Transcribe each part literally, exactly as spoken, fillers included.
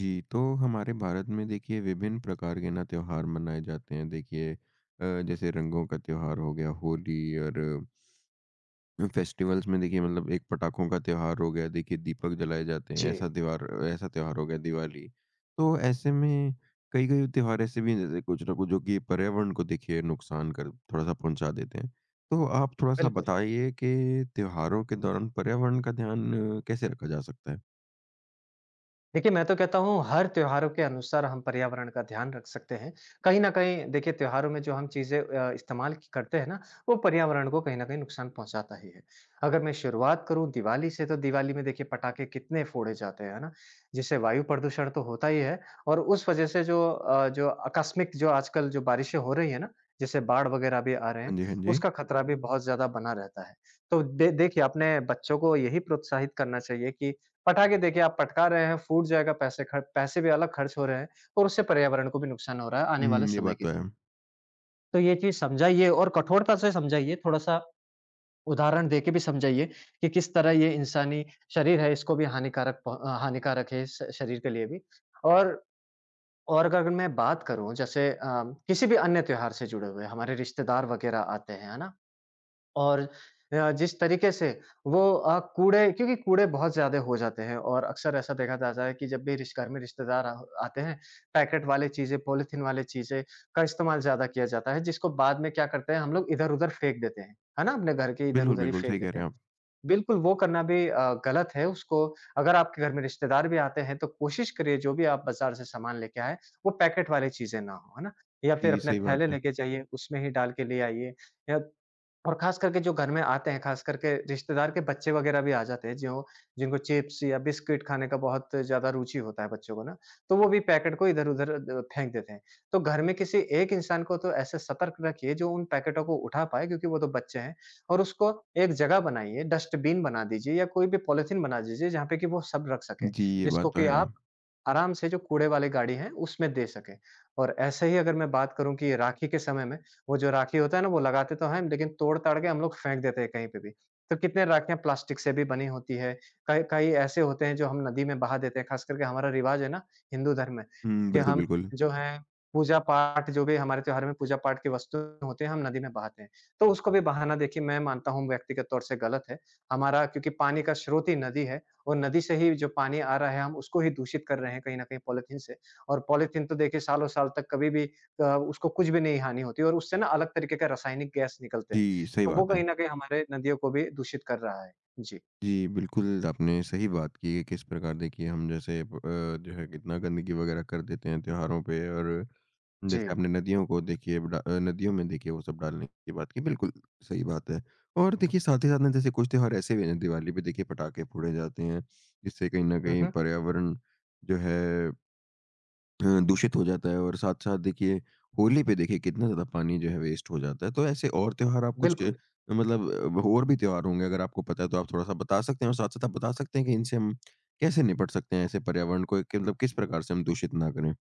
जी, तो हमारे भारत में देखिए विभिन्न प्रकार के ना त्योहार मनाए जाते हैं। देखिए अ, जैसे रंगों का त्योहार हो गया, होली और फेस्टिवल्स में देखिए मतलब एक पटाखों का त्योहार हो गया, देखिए दीपक जलाए जाते हैं। जी। ऐसा त्योहार ऐसा त्योहार हो गया दिवाली। तो ऐसे में कई-कई त्योहार ऐसे भी हैं जैसे कुछ ना कुछ जो कि पर्यावरण को देखिए नुकसान कर थोड़ा-सा पहुँचा देते हैं। तो आप थोड़ा-सा बिल्कुल। बताइए कि त्योहारों के दौरान पर्यावरण का ध्यान अ, कैसे रखा जा सकता है? देखिए, मैं तो कहता हूँ हर त्योहारों के अनुसार हम पर्यावरण का ध्यान रख सकते हैं। कहीं न कहीं देखिए त्योहारों में जो हम चीज़ें अ, इस्तेमाल की- करते हैं ना, वो पर्यावरण को कहीं न कहीं नुकसान पहुँचाता ही है। अगर मैं शुरुआत करूँ दिवाली से तो दिवाली में देखिए पटाखे कितने फोड़े जाते हैं, है ना? जिससे वायु प्रदूषण तो होता ही है और उस वजह से जो अ, जो आकस्मिक जो आजकल जो बारिशें हो रही है ना, जैसे बाढ़ वगैरह भी आ रहे हैं, हाँ जी, हाँ जी। उसका खतरा भी बहुत ज़्यादा बना रहता है। तो दे देखिए अपने बच्चों को यही प्रोत्साहित करना चाहिए कि पटाखे देखिए आप पटका रहे हैं, फूट जाएगा, पैसे खर पैसे भी अलग खर्च हो रहे हैं और उससे पर्यावरण को भी नुकसान हो रहा है आने वाले हुँ, ये समय बात के तो लिए। है। तो ये चीज़ समझाइए और कठोरता से समझाइए, थोड़ा-सा उदाहरण देके भी समझाइए कि किस तरह ये इंसानी शरीर है, इसको भी हानिकारक पह अ, हानिकारक है श शरीर के लिए भी। और और अगर मैं बात करूँ जैसे अ, किसी भी अन्य त्योहार से जुड़े हुए हमारे रिश्तेदार वग़ैरह आते हैं, है ना? और अ, जिस तरीके से वो अ, कूड़े क्योंकि कूड़े बहुत ज़्यादा हो जाते हैं और अक्सर ऐसा देखा जाता है कि जब भी रिश घर में रिश्तेदार आ- आते हैं पैकेट वाले चीज़ें पॉलीथीन वाले चीज़ें का इस्तेमाल ज़्यादा किया जाता है जिसको बाद में क्या करते हैं हम लोग इधर उधर फेंक देते हैं है ना अपने घर के इधर बिल्कुल, उधर ही बिल्कुल, फेंक सही कह देते रहे हैं। हैं आप। बिल्कुल वो करना भी अ, गलत है, उसको अगर आपके घर में रिश्तेदार भी आते हैं तो कोशिश करिए जो भी आप बाजार से सामान लेके आए, वो पैकेट वाली चीज़ें ना हो, है ना? या फिर जी, अपने सही थैले बात है। लेके जाइए, उसमें ही डाल के ले आइए। या और खास करके जो घर में आते हैं, खास करके रिश्तेदार के बच्चे वगैरह भी आ जाते हैं, जो जिनको चिप्स या बिस्किट खाने का बहुत ज़्यादा रुचि होता है बच्चों को ना, तो वो भी पैकेट को इधर-उधर अ, फेंक देते हैं। तो घर में किसी एक इंसान को तो ऐसे सतर्क रखिए जो उन पैकेटों को उठा पाए क्योंकि वो तो बच्चे हैं और उसको एक जगह बनाइए, डस्टबिन बना दीजिए या कोई भी पॉलिथीन बना दीजिए जहाँ पे कि वो सब रख सके, जी, ये बात जिसको तो कि है। आप आराम से जो कूड़े वाली गाड़ी है उसमें दे सकें। और ऐसे ही अगर मैं बात करूँ कि राखी के समय में, वो जो राखी होता है ना, वो लगाते तो हैं लेकिन तोड़-ताड़ के हम लोग फेंक देते हैं कहीं पे भी। तो कितने राखियाँ प्लास्टिक से भी बनी होती है, कई कई ऐसे होते हैं जो हम नदी में बहा देते हैं, ख़ास करके हमारा रिवाज है ना हिंदू धर्म में हुँ, कि बिल्कुल, हम बिल्कुल। जो है पूजा-पाठ, जो भी हमारे त्योहार में पूजा-पाठ की वस्तु होते हैं, हम नदी में बहाते हैं। तो उसको भी बहाना देखिए मैं मानता हूँ व्यक्तिगत तौर से गलत है। हमारा क्योंकि पानी का स्रोत ही नदी है और नदी से ही जो पानी आ रहा है, हम उसको ही दूषित कर रहे हैं कहीं न कहीं पॉलिथीन से। और पॉलिथीन तो देखिए सालों-साल तक कभी भी अ, उसको कुछ भी नहीं हानि होती है और उससे ना अलग तरीके का रासायनिक गैस निकलते हैं। जी, सही तो वो बात है। कहीं न कहीं हमारे नदियों को भी दूषित कर रहा है। जी, जी, बिल्कुल आपने सही बात की है, किस प्रकार देखिए हम जैसे ब अ, जो है कितना गंदगी वग़ैरह कर देते हैं त्योहारों पे और जी। जैसे आपने नदियों को देखिए ब डा अ, नदियों में देखिए वो सब डालने की बात की, बिल्कुल सही बात है। और देखिए साथ ही साथ ना जैसे कुछ त्योहार ऐसे भी हैं, दिवाली पे देखिए पटाखे फोड़े जाते हैं, जिससे कहीं न हुँ, कहीं हुँ। पर्यावरण जो है अ, दूषित हो जाता है और साथ-साथ देखिए होली पे देखिए कितना ज़्यादा पानी जो है वेस्ट हो जाता है। तो ऐसे और त्योहार आप कुछ अ, बिल्कुल। मतलब अ, और भी त्योहार होंगे अगर आपको पता है तो आप थोड़ा-सा बता सकते हैं? और साथ-साथ आप बता सकते हैं कि इनसे हम कैसे निपट सकते हैं ऐसे पर्यावरण को कि मतलब किस प्रकार से हम दूषित ना करें?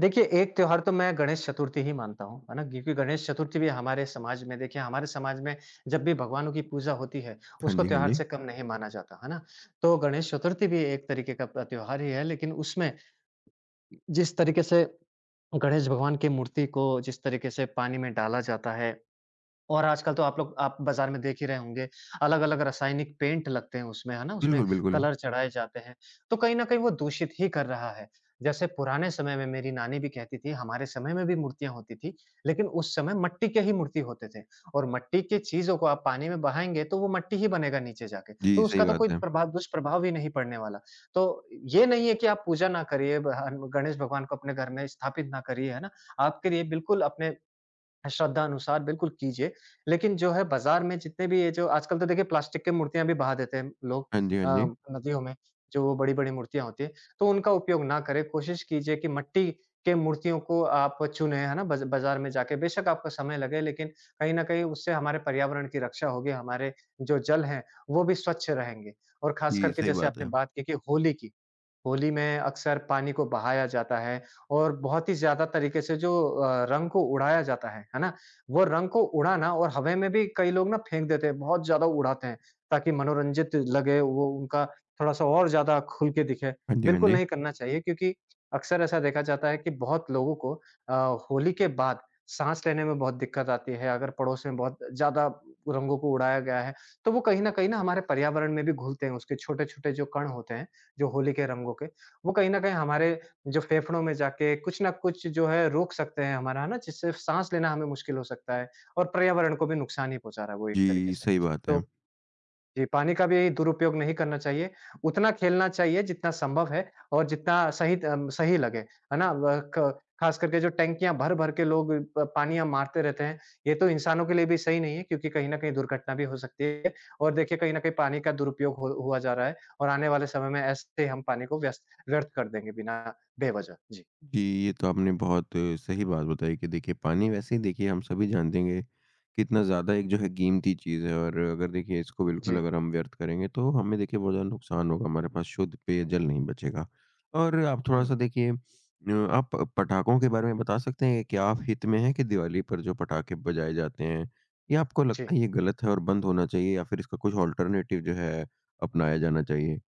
देखिए, एक त्योहार तो मैं गणेश चतुर्थी ही मानता हूँ, है ना? क्योंकि गणेश चतुर्थी भी हमारे समाज में देखिए हमारे समाज में जब भी भगवानों की पूजा होती है, हाँ उसको जी, हाँ त्योहार जी। से कम नहीं माना जाता, है ना? तो गणेश चतुर्थी भी एक तरीके का प त्योहार ही है, लेकिन उसमें जिस तरीके से गणेश भगवान की मूर्ति को जिस तरीके से पानी में डाला जाता है, और आजकल तो आप लोग आप बाज़ार में देख ही रहे होंगे, अलग-अलग रासायनिक पेंट लगते हैं उसमें, है ना? उसमें बिल्कुल, बिल्कुल। कलर चढ़ाए जाते हैं, तो कहीं न कहीं वो दूषित ही कर रहा है। जैसे पुराने समय में मेरी नानी भी कहती थी, हमारे समय में भी मूर्तियाँ होती थी, लेकिन उस समय मिट्टी के ही मूर्ति होते थे और मिट्टी की चीज़ों को आप पानी में बहाएँगे, तो वो मिट्टी ही बनेगा नीचे जाके, जी, तो सही उसका तो कोई बात है। प्रभाव दुष्प्रभाव ही नहीं पड़ने वाला। तो ये नहीं है कि आप पूजा ना करिए, ब ह गणेश भगवान को अपने घर में स्थापित ना करिए, है ना? आपके लिए बिल्कुल अपने श्रद्धा अनुसार बिल्कुल कीजिए। लेकिन जो है बाज़ार में जितने भी ये जो आजकल तो देखिए प्लास्टिक की मूर्तियाँ भी बहा देते हैं लोग हाँ जी, हाँ अ, जी। नदियों में, जो वो बड़ी-बड़ी मूर्तियाँ होती हैं, तो उनका उपयोग ना करें। कोशिश कीजिए कि मिट्टी के मूर्तियों को आप चुनें, है ना? बाज़ बाज़ार में जाके बेशक आपको समय लगे लेकिन कहीं न कहीं उससे हमारे पर्यावरण की रक्षा होगी, हमारे जो जल हैं, वो भी स्वच्छ रहेंगे। और ख़ास जी, करके सही जैसे बात आपने है। बात की कि होली की, होली में अक्सर पानी को बहाया जाता है और बहुत ही ज़्यादा तरीके से जो अ, रंग को उड़ाया जाता है, है ना? वो रंग को उड़ाना और हवा में भी कई लोग ना फेंक देते हैं, बहुत ज़्यादा उड़ाते हैं ताकि मनोरंजित लगे, वो उनका थोड़ा-सा और ज़्यादा खुल के दिखे। हाँ जी, हाँ बिल्कुल जी। नहीं करना चाहिए क्योंकि अक्सर ऐसा देखा जाता है कि बहुत लोगों को अ, होली के बाद साँस लेने में बहुत दिक्कत आती है, अगर पड़ोस में बहुत ज़्यादा रंगों को उड़ाया गया है, तो वो कहीं न कहीं ना हमारे पर्यावरण में भी घुलते हैं, उसके छोटे-छोटे जो कण होते हैं, जो होली के रंगों के, वो कहीं न कहीं हमारे जो फेफड़ों में जाके कुछ न कुछ जो है रोक सकते हैं हमारा, है ना? जिससे साँस लेना हमें मुश्किल हो सकता है और पर्यावरण को भी नुकसान ही पहुँचा रहा है वो एक तरीके जी, से। सही बात तो है। जी, पानी का भी दुरुपयोग नहीं करना चाहिए। उतना खेलना चाहिए जितना संभव है और जितना सही अम, सही लगे, है ना? व क खास करके जो टंकियाँ भर-भर के लोग प पानियाँ मारते रहते हैं, ये तो इंसानों के लिए भी सही नहीं है क्योंकि कहीं न कहीं दुर्घटना भी हो सकती है और देखिए कहीं न कहीं पानी का दुरुपयोग हो हुआ जा रहा है और आने वाले समय में ऐसे ही हम पानी को व्यस्त व्यर्थ कर देंगे बिना बेवजह। जी, जी, ये तो आपने बहुत अ, सही बात बताई कि देखिए पानी वैसे ही देखिए हम सभी जानते हैं कि कितना ज़्यादा एक जो है कीमती चीज़ है और अगर देखिए इसको बिल्कुल जी। अगर हम व्यर्थ करेंगे तो हमें देखिए बहुत ज़्यादा नुकसान होगा, हमारे पास शुद्ध पेयजल नहीं बचेगा। और आप हुँ, थोड़ा-सा देखिए अ, आप पटाखों के बारे में बता सकते हैं कि क्या आप हित में हैं कि दिवाली पर जो पटाखे बजाए जाते हैं, ये आपको जी। लगता है ये गलत है और बंद होना चाहिए या फिर इसका कुछ ऑल्टरनेटिव जो है अपनाया जाना चाहिए?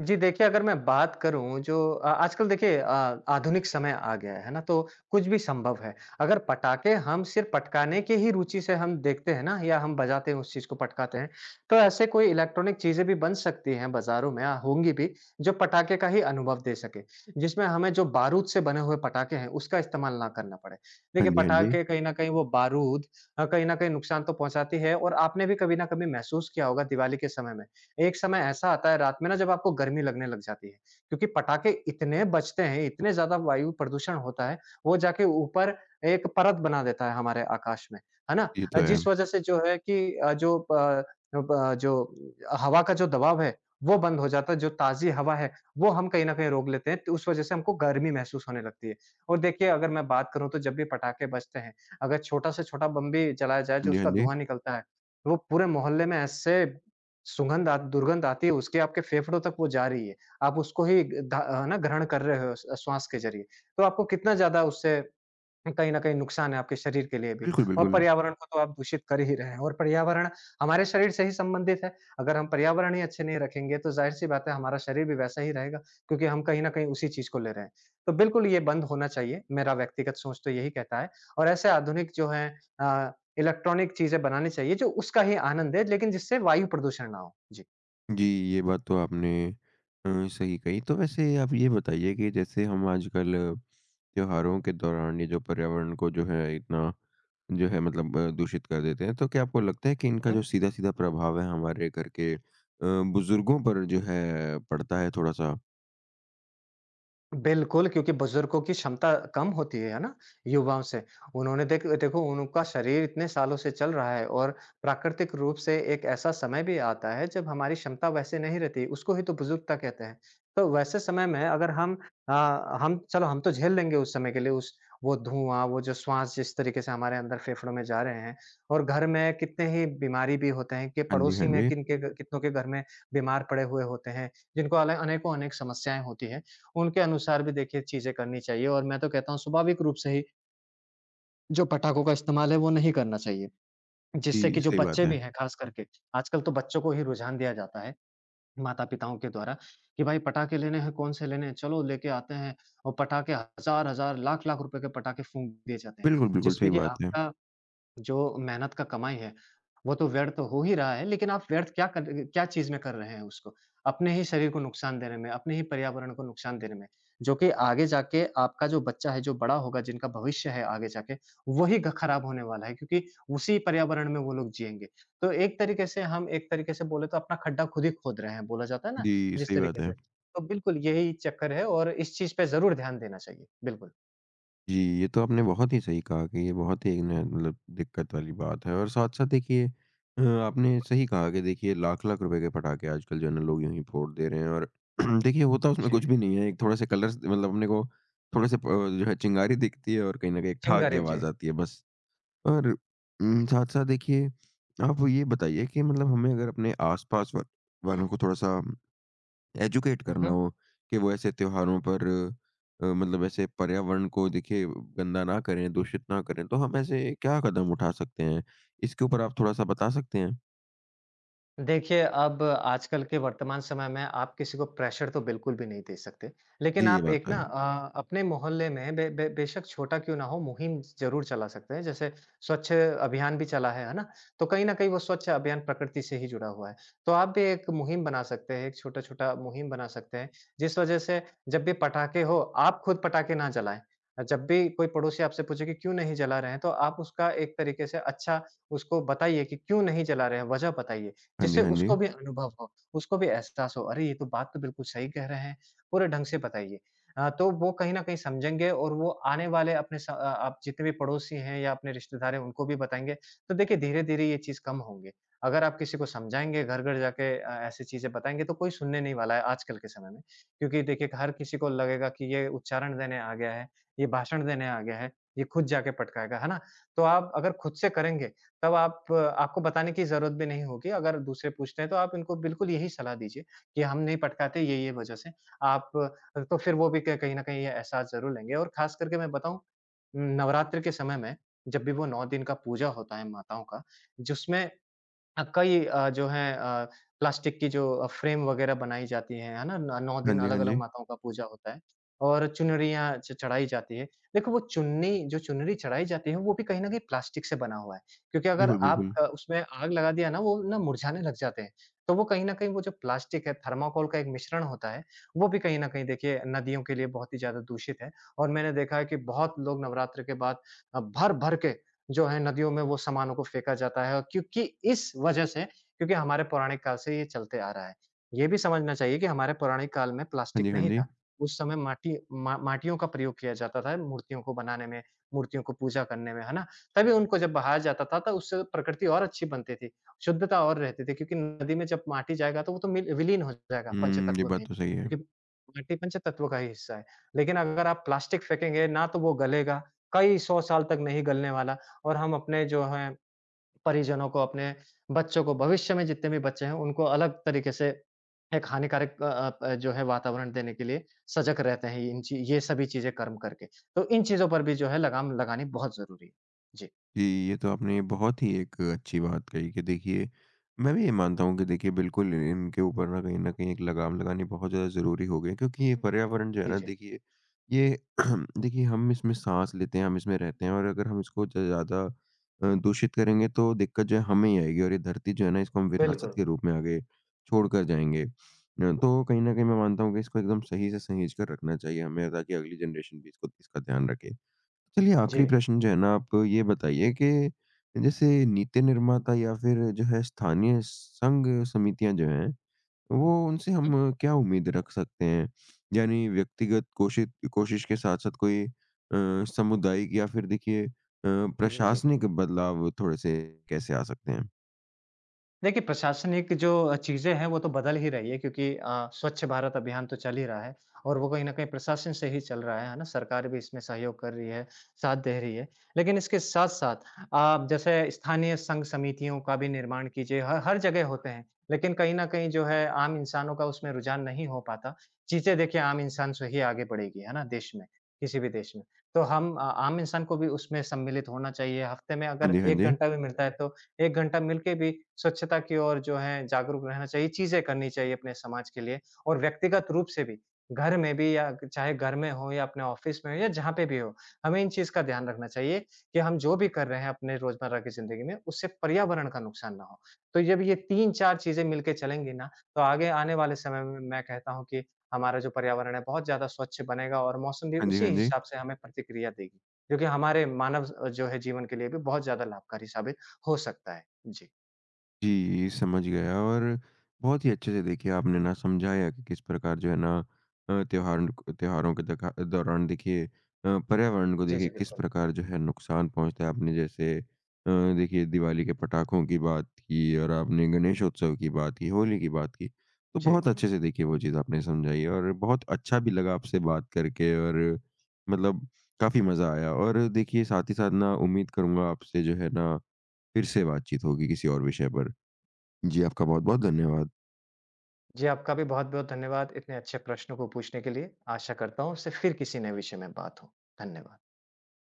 जी, देखिए अगर मैं बात करूँ जो अ, आजकल देखिए अ, आधुनिक समय आ गया है, है ना? तो कुछ भी संभव है। अगर पटाखे हम सिर्फ़ पटकाने की ही रुचि से हम देखते हैं ना या हम बजाते हैं उस चीज़ को पटकाते हैं, तो ऐसे कोई इलेक्ट्रॉनिक चीज़ें भी बन सकती हैं बाज़ारों में अ, होंगी भी, जो पटाखे का ही अनुभव दे सके, जिसमें हमें जो बारूद से बने हुए पटाखे हैं उसका इस्तेमाल ना करना पड़े। हाँ देखिए जी, हाँ जी। पटाखे कहीं न कहीं वो बारूद अ, कहीं न कहीं नुकसान तो पहुँचाती है और आपने भी कभी न कभी महसूस किया होगा दिवाली के समय में, एक समय ऐसा आता है रात में ना जब आपको गर्मी लगने लग जाती है, क्योंकि पटाखे इतने बजते हैं, इतने ज़्यादा वायु प्रदूषण होता है, वो जाके ऊपर एक परत बना देता है हमारे आकाश में, है ना? ये अ, तो है। जिस वजह से जो है कि अ, जो प ब जो हवा का जो दबाव है, वो बंद हो जाता है, जो ताज़ी हवा है, वो हम कहीं न कहीं रोक लेते हैं, तो उस वजह से हमको गर्मी महसूस होने लगती है। और देखिए अगर मैं बात करूँ तो जब भी पटाखे बजते हैं, अगर छोटा से छोटा बम भी जलाया जाए जो हाँ जी, हाँ उसका जी। धुआँ निकलता है, वो पूरे मोहल्ले में ऐसे सुगंध आ दुर्गंध आती है, उसके आपके फेफड़ों तक वो जा रही है, आप उसको ही धा- है ना ग्रहण कर रहे हो श्वास के जरिए, तो आपको कितना ज्यादा उससे कहीं न कहीं नुकसान है आपके शरीर के लिए भी बिल्कुल, और बिल्कुल। पर्यावरण हुँ। को तो आप दूषित कर ही रहे हैं और पर्यावरण हमारे शरीर से ही संबंधित है। अगर हम पर्यावरण ही अच्छे नहीं रखेंगे तो ज़ाहिर-सी बात है हमारा शरीर भी वैसा ही रहेगा क्योंकि हम कहीं न कहीं उसी चीज़ को ले रहे हैं। तो बिल्कुल ये बंद होना चाहिए, मेरा व्यक्तिगत सोच तो यही कहता है और ऐसे आधुनिक जो है अ, इलेक्ट्रॉनिक चीज़ें बनानी चाहिए जो उसका ही आनंद दे लेकिन जिससे वायु प्रदूषण ना हो। जी। जी, ये बात तो आपने अ, सही कही। तो वैसे आप ये बताइए कि जैसे हम आजकल त्योहारों के दौरान ये जो पर्यावरण को जो है इतना जो है मतलब अ, दूषित कर देते हैं, तो क्या आपको लगता है कि इनका जो सीधा-सीधा प्रभाव है हमारे घर के अ, बुज़ुर्गों पर जो है पड़ता है थोड़ा-सा? बिल्कुल, क्योंकि बुजुर्गों की क्षमता कम होती है, है ना? युवाओं से। उन्होंने देख देखो उनका शरीर इतने सालों से चल रहा है और प्राकृतिक रूप से एक ऐसा समय भी आता है जब हमारी क्षमता वैसे नहीं रहती, उसको ही तो बुजुर्गता कहते हैं। तो वैसे समय में अगर हम अ, हम चलो हम तो झेल लेंगे उस समय के लिए उस वो धुआँ, वो जो श्वास जिस तरीके से हमारे अंदर फेफड़ों में जा रहे हैं और घर में कितने ही बीमारी भी होते हैं कि हाँ जी, पड़ोसी हाँ में जी। किन के कितनों के घर में बीमार पड़े हुए होते हैं, जिनको अले अनेकों-अनेक समस्याएँ होती हैं। उनके अनुसार भी देखिए चीज़ें करनी चाहिए और मैं तो कहता हूँ स्वाभाविक रूप से ही जो पटाखों का इस्तेमाल है वो नहीं करना चाहिए। जी, जिससे कि जो सही बात बच्चे है। भी हैं ख़ास करके, आजकल तो बच्चों को ही रुझान दिया जाता है, माता-पिताओं के द्वारा कि भाई पटाखे लेने हैं, कौन से लेने हैं? चलो लेके आते हैं और पटाखे हज़ार-हज़ार, लाख-लाख रुपए के पटाखे फूँक दिए जाते हैं। बिल्कुल, बिल्कुल सही जिसमें कि बात है। आपका जो मेहनत का कमाई है, वो तो व्यर्थ हो ही रहा है, लेकिन आप व्यर्थ क्या कर क्या चीज़ में कर रहे हैं उसको? अपने ही शरीर को नुकसान देने में, अपने ही पर्यावरण को नुकसान देने में, जो कि आगे जाके आपका जो बच्चा है, जो बड़ा होगा, जिनका भविष्य है आगे जाके, वही ग खराब होने वाला है क्योंकि उसी पर्यावरण में वो लोग जिएँगे। तो एक तरीके से हम एक तरीके से बोले तो अपना खड्डा खुद ही खोद रहे हैं, बोला जाता है ना, जी, जिस सही बात तरीके से। है। तो बिल्कुल यही चक्कर है और इस चीज़ पे ज़रूर ध्यान देना चाहिए। बिल्कुल। जी, ये तो आपने बहुत ही सही कहा कि ये बहुत ही एक न मतलब दिक्कत वाली बात है और साथ-साथ देखिए अ, आपने सही कहा कि देखिए लाख-लाख रुपए के पटाखे आजकल जो है ना लोग यूँ ही फोड़ दे रहे हैं और देखिए होता उसमें जी। कुछ भी नहीं है। एक थोड़े-से कलर्स मतलब अपने को थोड़े-से प जो है चिंगारी दिखती है और कहीं न कहीं एक ठा की चिंगारी जी। आवाज़ आती है बस। और उम, साथ-साथ देखिए आप ये बताइए कि मतलब हमें अगर अपने आस-पास व वालों को थोड़ा-सा एजुकेट हुँ, करना हुँ। हो कि वो ऐसे त्योहारों पर अ, मतलब ऐसे पर्यावरण को देखिए गंदा ना करें, दूषित ना करें, तो हम ऐसे क्या कदम उठा सकते हैं? इसके ऊपर आप थोड़ा-सा बता सकते हैं? देखिए, अब आजकल के वर्तमान समय में आप किसी को प्रेशर तो बिल्कुल भी नहीं दे सकते। लेकिन जी, ये आप बात एक तो ना है। अ, अपने मोहल्ले में बे बे बेशक छोटा क्यों ना हो मुहिम ज़रूर चला सकते हैं। जैसे स्वच्छ अभियान भी चला है, है ना? तो कहीं न कहीं वो स्वच्छ अभियान प्रकृति से ही जुड़ा हुआ है। तो आप भी एक मुहिम बना सकते हैं, एक छोटा-छोटा मुहिम बना सकते हैं, जिस वजह से जब भी पटाखे हो, आप खुद पटाखे ना जलाएँ। अ, जब भी कोई पड़ोसी आपसे पूछे कि क्यों नहीं जला रहे हैं, तो आप उसका एक तरीके से अच्छा उसको बताइए कि क्यों नहीं जला रहे हैं, वजह बताइए। हाँ जी, जिससे हाँ जी। उसको भी अनुभव हो, उसको भी एहसास हो, "अरे! ये तो बात तो बिल्कुल सही कह रहे हैं।" पूरे ढंग से बताइए। अ, तो वो कहीं न कहीं समझेंगे और वो आने वाले अपने स अ, आप जितने भी पड़ोसी हैं या अपने रिश्तेदार हैं, उनको भी बताएँगे। तो देखिए, धीरे-धीरे ये चीज़ कम होंगी। अगर आप किसी को समझाएँगे, घर-घर जाके अ, ऐसी चीज़ें बताएँगे, तो कोई सुनने नहीं वाला है आजकल के समय में। क्योंकि देखिए, हर किसी को लगेगा कि ये उच्चारण देने आ गया है, ये भाषण देने आ गया है, ये खुद जाके पटकाएगा, है ना? तो आप अगर खुद से करेंगे, तब आप आपको बताने की ज़रूरत भी नहीं होगी। अगर दूसरे पूछते हैं तो आप इनको बिल्कुल यही सलाह दीजिए कि हम नहीं पटकाते ये, ये वजह से। आप तो फिर वो भी क कहीं न कहीं ये एहसास ज़रूर लेंगे और ख़ास करके मैं बताऊँ, नवरात्रि के समय में जब भी वो नौ दिन का पूजा होता है माताओं का, जिसमें अ, कई अ, जो हैं अ, प्लास्टिक की जो अ, फ्रेम वगैरह बनाई जाती हैं, है ना? न नौ हाँ दिन जी, हाँ अलग-अलग जी। माताओं का पूजा होता है और चुनरियाँ च चढ़ाई जाती है। देखो वो चुन्नी जो चुनरी चढ़ाई जाती है, वो भी कहीं न कहीं प्लास्टिक से बना हुआ है क्योंकि अगर बिल्कुल, आप बिल्कुल। अ, उसमें आग लगा दिया ना, वो ना मुरझाने लग जाते हैं। तो वो कहीं न कहीं वो जो प्लास्टिक है, थर्माकोल का एक मिश्रण होता है, वो भी कहीं न कहीं देखिए नदियों के लिए बहुत ही ज़्यादा दूषित है और मैंने देखा है कि बहुत लोग नवरात्र के बाद अ, भर-भर के जो है नदियों में वो सामानों को फेंका जाता है क्योंकि इस वजह से क्योंकि हमारे पौराणिक काल से ये चलते आ रहा है। ये भी समझना चाहिए कि हमारे पौराणिक काल में हाँ प्लास्टिक जी, हाँ नहीं जी। था। उस समय माटी मा माटियों का प्रयोग किया जाता था मूर्तियों को बनाने में, मूर्तियों को पूजा करने में, है ना? तभी उनको जब बहाया जाता था तो उससे प्रकृति और अच्छी बनती थी, शुद्धता और रहती थी क्योंकि नदी में जब माटी जाएगा तो वो तो मिल विलीन हो जाएगा हुँ, ये पंचतत्व में। बात तो सही है। क्योंकि माटी पंचतत्व का ही हिस्सा है। लेकिन अगर आप प्लास्टिक फेंकेंगे ना तो वो गलेगा, कई सौ साल तक नहीं गलने वाला। और हम अपने जो हैं परिजनों को, अपने बच्चों को, भविष्य में जितने भी बच्चे हैं उनको अलग तरीके से एक हानिकारक अ अ, प जो है वातावरण देने के लिए सजग रहते हैं इन ची ये सभी चीज़ें कर्म करके। तो इन चीज़ों पर भी जो है लगाम लगानी बहुत ज़रूरी है। जी। जी, ये तो आपने बहुत ही एक अच्छी बात कही कि देखिए, मैं भी ये मानता हूँ कि देखिए बिल्कुल इनके ऊपर ना कहीं न कहीं एक लगाम लगानी बहुत ज़्यादा ज़रूरी हो गई है क्योंकि ये पर्यावरण जो है जी, ना जी। देखिए, ये देखिए हम इसमें साँस लेते हैं, हम इसमें रहते हैं और अगर हम इसको ज ज़्यादा अ, दूषित करेंगे तो दिक्कत जो है हमें ही आएगी और ये धरती जो है ना इसको हम विरासत बिल्कुल। के रूप में आगे छोड़ कर जाएँगे। अ, तो कहीं न कहीं मैं मानता हूँ कि इसको एकदम सही से सहेज कर रखना चाहिए हमें ताकि अगली जनरेशन भी इसको इसका ध्यान रखे। चलिए जी। आखिरी प्रश्न जो है ना आप ये बताइए कि जैसे नीति निर्माता या फिर जो है स्थानीय संघ समितियां जो हैं वो उनसे हम हुँ। क्या उम्मीद रख सकते हैं यानी व्यक्तिगत कोशिश कोशिश के साथ साथ कोई अ, सामुदायिक या फिर देखिए अ, जी, जी। प्रशासनिक बदलाव थोड़े से कैसे आ सकते हैं। देखिए, प्रशासनिक जो चीज़ें हैं, वो तो बदल ही रही है क्योंकि अ, स्वच्छ भारत अभियान तो चल ही रहा है और वो कहीं न कहीं प्रशासन से ही चल रहा है, है ना? सरकार भी इसमें सहयोग कर रही है, साथ दे रही है। लेकिन इसके साथ-साथ आप जैसे स्थानीय संघ समितियों का भी निर्माण कीजिए, हर हर जगह होते हैं, लेकिन कहीं न कहीं जो है आम इंसानों का उसमें रुझान नहीं हो पाता। चीज़ें देखिए आम इंसान से ही आगे बढ़ेगी, है ना? देश में, किसी भी देश में। तो हम अ, आम इंसान को भी उसमें सम्मिलित होना चाहिए। हफ्ते में हाँ अगर जी, हाँ एक जी। घंटा भी मिलता है तो एक घंटा मिलके भी स्वच्छता की ओर जो है जागरूक रहना चाहिए, चीज़ें करनी चाहिए अपने समाज के लिए और व्यक्तिगत रूप से भी, घर में भी या चाहे घर में हो या अपने ऑफ़िस में हो या जहाँ पे भी हो, हमें इन चीज़ का ध्यान रखना चाहिए कि हम जो भी कर रहे हैं अपने रोज़मर्रा की ज़िंदगी में, उससे पर्यावरण का नुकसान ना हो। तो जब ये तीन चार चीज़ें मिलके चलेंगी ना, तो आगे आने वाले समय में मैं कहता हूँ कि हमारा जो पर्यावरण है, बहुत ज़्यादा स्वच्छ बनेगा और मौसम भी हाँ जी, उसी हाँ जी। हिसाब से हमें प्रतिक्रिया देगी, जो कि हमारे मानव अ, जो है जीवन के लिए भी बहुत ज़्यादा लाभकारी साबित हो सकता है। जी। जी, समझ गया और बहुत ही अच्छे से देखिए आपने ना समझाया कि किस प्रकार जो है ना अ, त्योहार त्योहारों के दखा दौरान देखिए अ, पर्यावरण को जी, देखिए जी, किस बिल्कुल। प्रकार जो है नुकसान पहुँचता है। आपने जैसे अ, देखिए दिवाली के पटाखों की बात की और आपने गणेशोत्सव की बात की, होली की बात की। तो जी। बहुत अच्छे से देखिए वो चीज़ आपने समझाई और बहुत अच्छा भी लगा आपसे बात करके और मतलब काफ़ी मज़ा आया और देखिए साथ ही साथ ना उम्मीद करूँगा आपसे जो है ना फिर से बातचीत होगी किसी और विषय पर। जी, आपका बहुत-बहुत धन्यवाद। जी, आपका भी बहुत-बहुत धन्यवाद इतने अच्छे प्रश्नों को पूछने के लिए। आशा करता हूँ, उससे फिर किसी नए विषय में बात हो। धन्यवाद।